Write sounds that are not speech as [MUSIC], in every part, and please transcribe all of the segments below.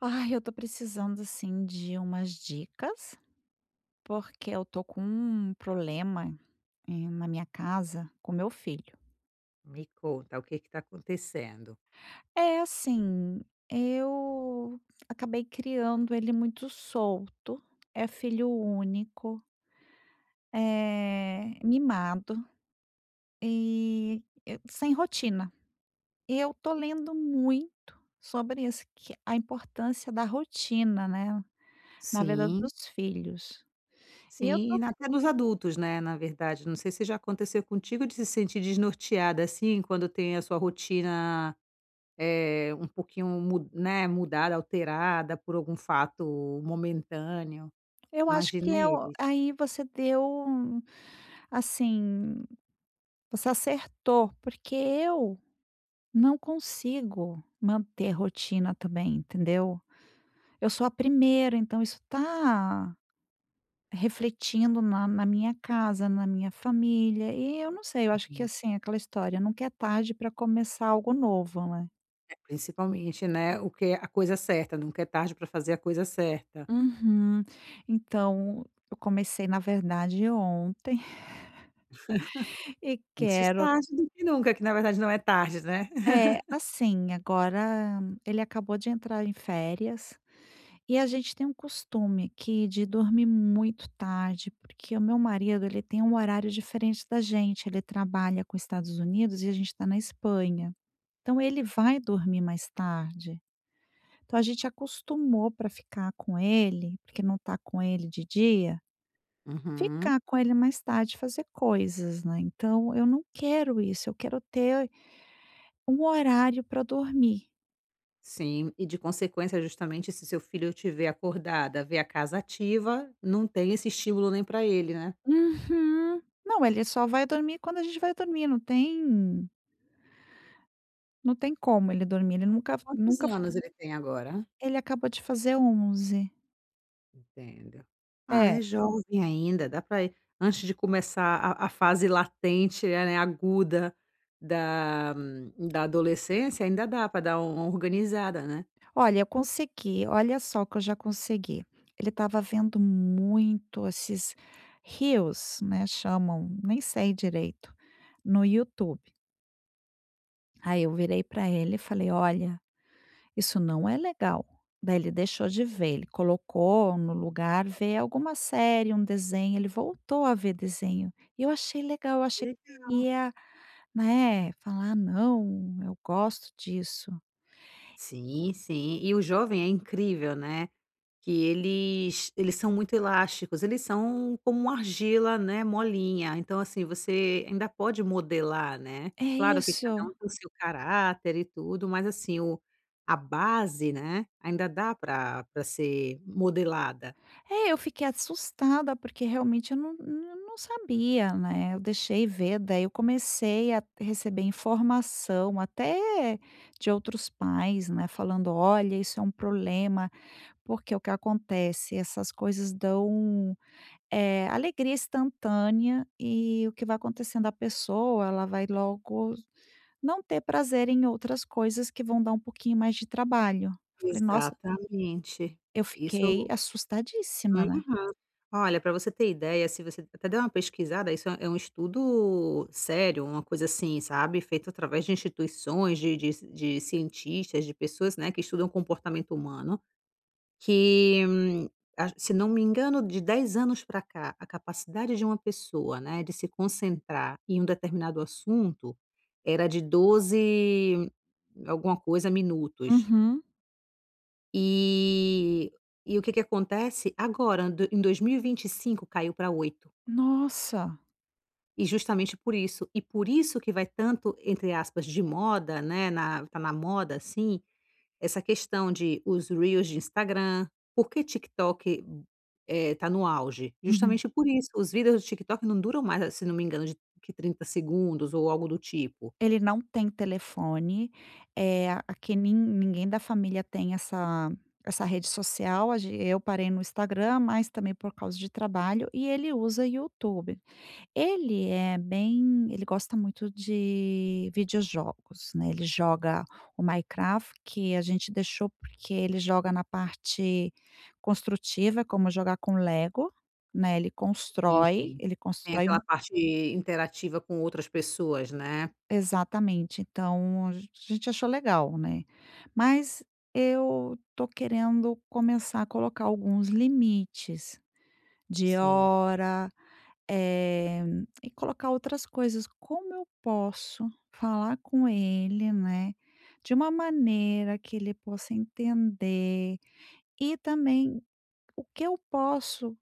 Ai, eu tô precisando assim de umas dicas, porque eu tô com um problema na minha casa com meu filho. Me conta, o que está acontecendo? É assim, eu acabei criando ele muito solto, é filho único, é mimado e sem rotina. Eu tô lendo muito sobre isso, que a importância da rotina, né, na vida Sim, dos filhos. E eu sim, e tô na até nos adultos, né, na verdade, não sei se já aconteceu contigo de se sentir desnorteada, assim, quando tem a sua rotina, um pouquinho mudada, alterada por algum fato momentâneo, Eu acho que imagina eu eles. aí um- assim, você acertou, porque eu não consigo manter rotina também, entendeu. Eu sou a primeira, então isso tá refletindo na minha casa, na minha família, e eu não sei, eu acho que, Uhum. assim, aquela história, nunca é tarde para começar algo novo, né. É, principalmente, né, o que é a coisa certa, nunca é tarde para fazer a coisa certa. Uhum. Então, eu comecei, na verdade, ontem [LAUGHS] e Antes quero tarde do que nunca, que na verdade não é tarde, né. [LAUGHS] assim, agora ele acabou de entrar em férias e a gente tem um costume aqui de dormir muito tarde, porque o meu marido, ele tem um horário diferente da gente, ele trabalha com os Estados Unidos e a gente está na Espanha. Então ele vai dormir mais tarde. Então a gente acostumou para ficar com ele, porque não está com ele de dia, Uhum. ficar com ele mais tarde, fazer coisas, né. Então eu não quero isso, eu quero ter um horário para dormir. Sim, e de consequência, justamente, se seu filho te vê acordada, vê a casa ativa, não tem esse estímulo nem para ele, né. Uhum. Não, ele só vai dormir quando a gente vai dormir, não tem como ele dormir. Ele nunca Quantos nunca anos ele tem agora? Ele acabou de fazer 11. Entendo. Ah, É. é jovem ainda, dá para antes de começar a fase latente, é, né, aguda da da adolescência, ainda dá para dar uma organizada, né. Olha, eu consegui, olha só o que eu já consegui. Ele estava vendo muito esses reels, né, chamam, nem sei direito, no YouTube. Aí eu virei para ele e falei: "Olha, isso não é legal." Daí ele deixou de ver, ele colocou no lugar ver alguma série, um desenho, ele voltou a ver desenho. E eu achei legal, eu achei que ia, né, falar: "Não, eu gosto disso." Sim, sim. E o jovem é incrível, né. Que eles são muito elásticos, eles são como uma argila, né, molinha, então assim, você ainda pode modelar, né. É Claro que cada isso. um tem o seu caráter e tudo, mas assim, o a base, né, ainda dá para pra ser modelada. É, eu fiquei assustada, porque realmente eu não sabia, né, eu deixei ver, daí eu comecei a receber informação até de outros pais, né, falando: "Olha, isso é um problema. Porque o que acontece, essas coisas dão, alegria instantânea, e o que vai acontecendo, a pessoa ela vai logo não ter prazer em outras coisas que vão dar um pouquinho mais de trabalho." Eu falei: "Nossa", Exatamente. eu fiquei Isso assustadíssima, hum? né. Olha, para você ter ideia, se você até der uma pesquisada, isso é um estudo sério, uma coisa assim, sabe, feito através de instituições, de cientistas, de pessoas, né, que estudam comportamento humano, que, a se não me engano, de 10 anos para cá, a capacidade de uma pessoa, né, de se concentrar em um determinado assunto, era de 12, alguma coisa minutos. Uhum. E o que que acontece? Agora, do em 2025 caiu para 8. Nossa. E justamente por isso, e por isso que vai tanto, entre aspas, de moda, né, na tá na moda, assim, essa questão de os reels de Instagram. Por que TikTok, tá no auge? Uhum. Justamente por isso, os vídeos do TikTok não duram mais, se não me engano, de que 30 segundos ou algo do tipo. Ele não tem telefone, é aqui ninguém da família tem essa rede social, a gen eu parei no Instagram, mas também por causa de trabalho, e ele usa YouTube. Ele é bem ele gosta muito de videojogos, né, ele joga o Minecraft, que a gente deixou, porque ele joga na parte construtiva, como jogar com Lego, né, Sim, sim. ele Sem constrói um aquela parte interativa com outras pessoas, né. exatamente, então a gente achou legal, né. Mas eu tô querendo começar a colocar alguns limites de Sim. hora. Eh, e colocar outras coisas. Como eu posso falar com ele, né, de uma maneira que ele possa entender, e também o que eu posso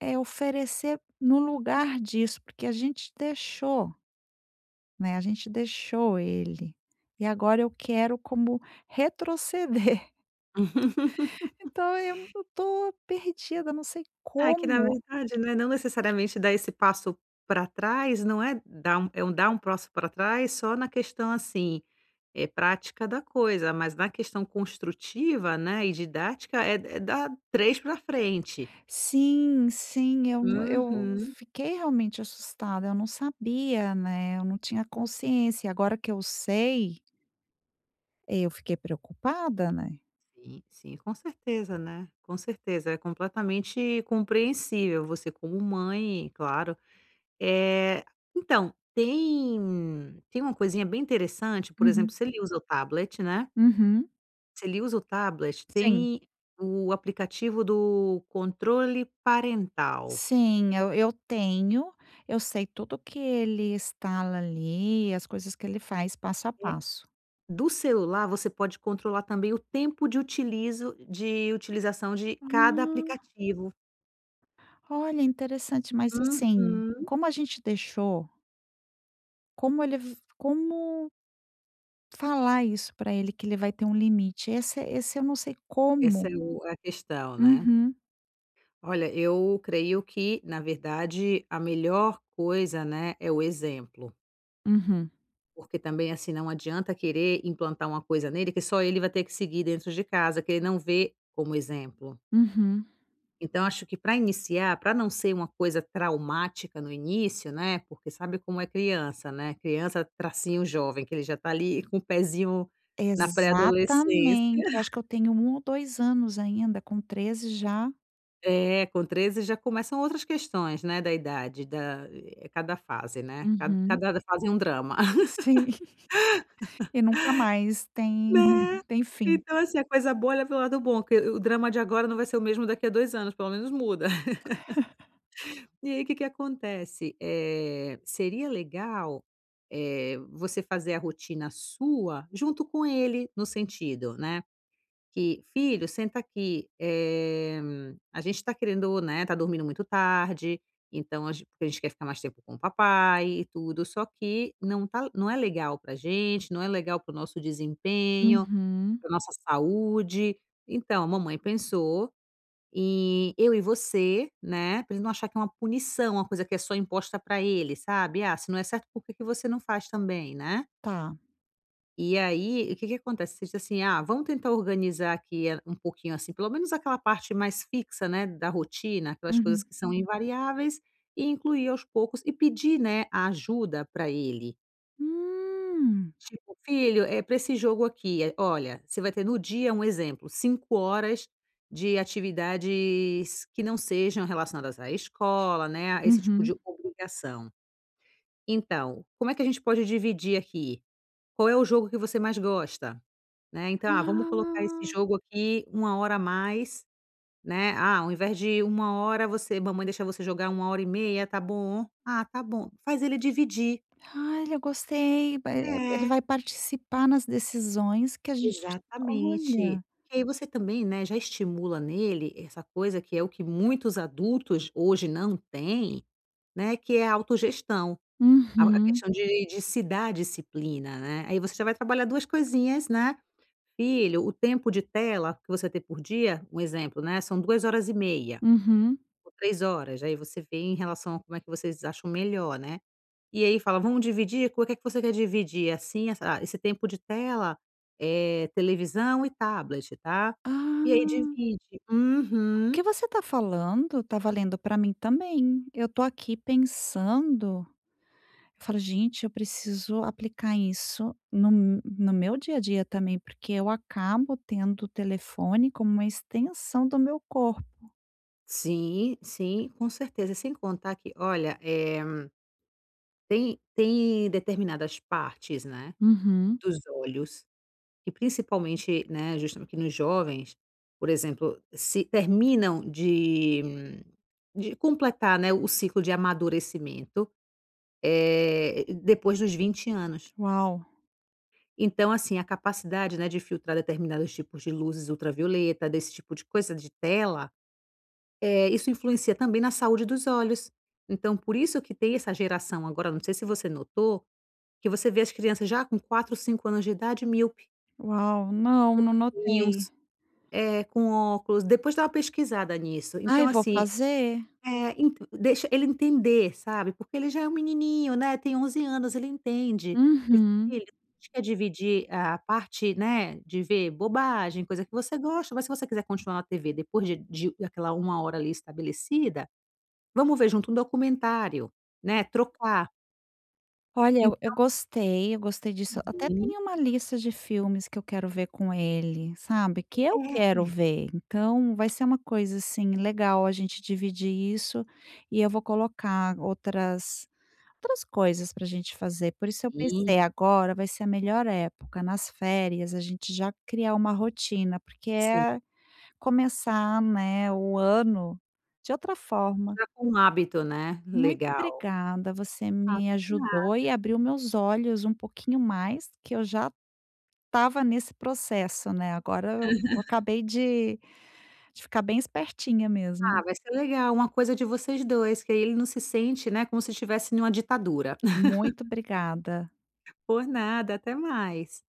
é oferecer no lugar disso, porque a gente deixou, né, a gente deixou ele e agora eu quero como retroceder. [LAUGHS] [LAUGHS] Então eu tô perdida, não sei Ah, que na como. verdade, né, não necessariamente dar esse passo para trás, não é dar um passo para trás só na questão, assim, é prática da coisa, mas na questão construtiva, né, e didática é dar 3 para frente. Sim, sim, eu n Hum. eu Uhum. fiquei realmente assustada, eu não sabia, né, eu não tinha consciência, agora que eu sei, eu fiquei preocupada, né. Sim, sim, com certeza, né, com certeza, é completamente compreensível você como mãe, claro. Eh, então, tem uma coisinha bem interessante, por exemplo, Uhum, se ele usa o tablet, né. uhum. Se ele usa o tablet, Sim, tem o aplicativo do controle parental. sim, eu tenho, eu sei tudo que ele instala ali, as coisas que ele faz passo a É, passo. do celular, você pode controlar também o tempo de utilizo de utilização de cada Ah, aplicativo. olha, interessante, mas assim, Uhum. como a gente deixou, como falar isso pra ele que ele vai ter um limite. Esse eu não sei Essa como. é o a questão, né. Uhum. Olha, eu creio que, na verdade, a melhor coisa, né, é o exemplo, Uhum, porque também, assim, não adianta querer implantar uma coisa nele que só ele vai ter que seguir dentro de casa, que ele não vê como exemplo. uhum. Então acho que para iniciar, para não ser uma coisa traumática no início, né, porque sabe como é criança, né, criança tracinho jovem, que ele já está ali com o pezinho na pré-adolescência. Exatamente, eu acho [LAUGHS] que eu tenho 1 ou 2 anos ainda, com 13 já. É, com 13 já começam outras questões, né, da idade, da é cada fase, né, cada Uhum. cada fase é um drama, [LAUGHS] Sim, [LAUGHS] e nunca mais tem. né. Uhum. Tem fim. Então assim, a coisa boa leva o lado bom, que o drama de agora não vai ser o mesmo daqui a 2 anos, pelo menos muda. E aí, o que que acontece? Seria legal, você fazer a rotina sua junto com ele, no sentido, né, que: "Filho, senta aqui, eh, a gente tá querendo, né, tá dormindo muito tarde, então a gen porque a gente quer ficar mais tempo com o papai e tudo, só que não é legal pra gente, não é legal para o nosso desempenho, Uhum. pra nossa saúde. Então, a mamãe pensou e eu e você, né, pra ele não achar que é uma punição, uma coisa que é só imposta pra ele, sabe. Ah, se não é certo, por que que você não faz também, né?" Tá. E aí, o que que acontece? Você diz assim: "Ah, vamos tentar organizar aqui, eh, um pouquinho, assim, pelo menos aquela parte mais fixa, né, da rotina, aquelas coisas Uhum. que são Uhum. invariáveis e incluir aos poucos", e pedir, né, a ajuda para ele. Hum. Tipo: "Filho, é para esse jogo aqui, eh, olha, você vai ter no dia", um exemplo, 5 horas de atividades que não sejam relacionadas à escola, né, a esse tipo de Uhum. obrigação. "Então, como é que a gente pode dividir aqui? Qual é o jogo que você mais gosta?", né. "Então, ah, vamos colocar esse Ah, jogo aqui uma hora a mais", né. "Ah, ao invés de uma hora, você mamãe deixa você jogar uma hora e meia, tá bom?". "Ah, tá bom". Faz ele dividir. ai, eu gostei, vai ele É. vai participar nas decisões que a gente, Exatamente. olha. E aí você também, né, já estimula nele essa coisa que é o que muitos adultos hoje não têm, né, que é a autogestão, a Uhum, questão de se dar disciplina, né. Aí você já vai trabalhar 2 coisinhas, né: "Filho, o tempo de tela que você tem por dia", um exemplo, né, "são 2 horas e meia uhum. ou 3 horas", aí você vê em relação a como é que vocês acham melhor, né. E aí fala: "Vamos dividir? Com o que é que você quer dividir? É Assim, essa ah, esse tempo de tela, eh, televisão e tablet, tá?" E aí Ah, divide. o que Uhum. você está falando está valendo para mim também. Eu estou aqui pensando, eu falo: "Gente, eu preciso aplicar isso no meu dia a dia também", porque eu acabo tendo o telefone como uma extensão do meu corpo. Sim, sim, com certeza. Sem contar que, olha, eh, tem determinadas partes, né, Uhum. dos olhos que principalmente, né, justamente nos jovens, por exemplo, se terminam de completar, né, o ciclo de amadurecimento, eh, depois dos 20 anos. Uau, Então, assim, a capacidade, né, de filtrar determinados tipos de luzes ultravioleta, desse tipo de coisa, de tela, eh, isso influencia também na saúde dos olhos. Então, por isso que tem essa geração agora, não sei se você notou, que você vê as crianças já com 4 5 anos de idade míope, uau, não, não notei. miops, eh, com óculos. Depois dá uma pesquisada nisso. Ai, Então, vou assim, fazer. É, ent deixa ele entender, sabe, porque ele já é um menininho, né, tem 11 anos, ele entende de Uhum. filho, a gente quer dividir a parte, né, de ver bobagem, coisa que você gosta, mas se você quiser continuar na TV depois de daquela uma hora ali estabelecida, vamos ver junto um documentário, né, trocar. Olha, eu gostei, eu gostei disso. Até Uhum. tem uma lista de filmes que eu quero ver com ele, sabe, que eu É, quero ver. Então vai ser uma coisa, assim, legal a gente dividir isso, e eu vou colocar outras coisas para a gente fazer. Por isso eu sim, pensei, agora vai ser a melhor época, nas férias, a gente já criar uma rotina, porque sim, é começar, né, o ano de outra forma. já com um hábito, né, Muito legal. obrigada, você Ah, me ajudou e abriu meus olhos um pouquinho mais, que eu já estava nesse processo, né, agora eu acabei de ficar bem espertinha mesmo. ah, vai ser legal, uma coisa de vocês 2 que aí ele não se sente, né, como se estivesse em uma ditadura. Muito obrigada. Por nada, até mais.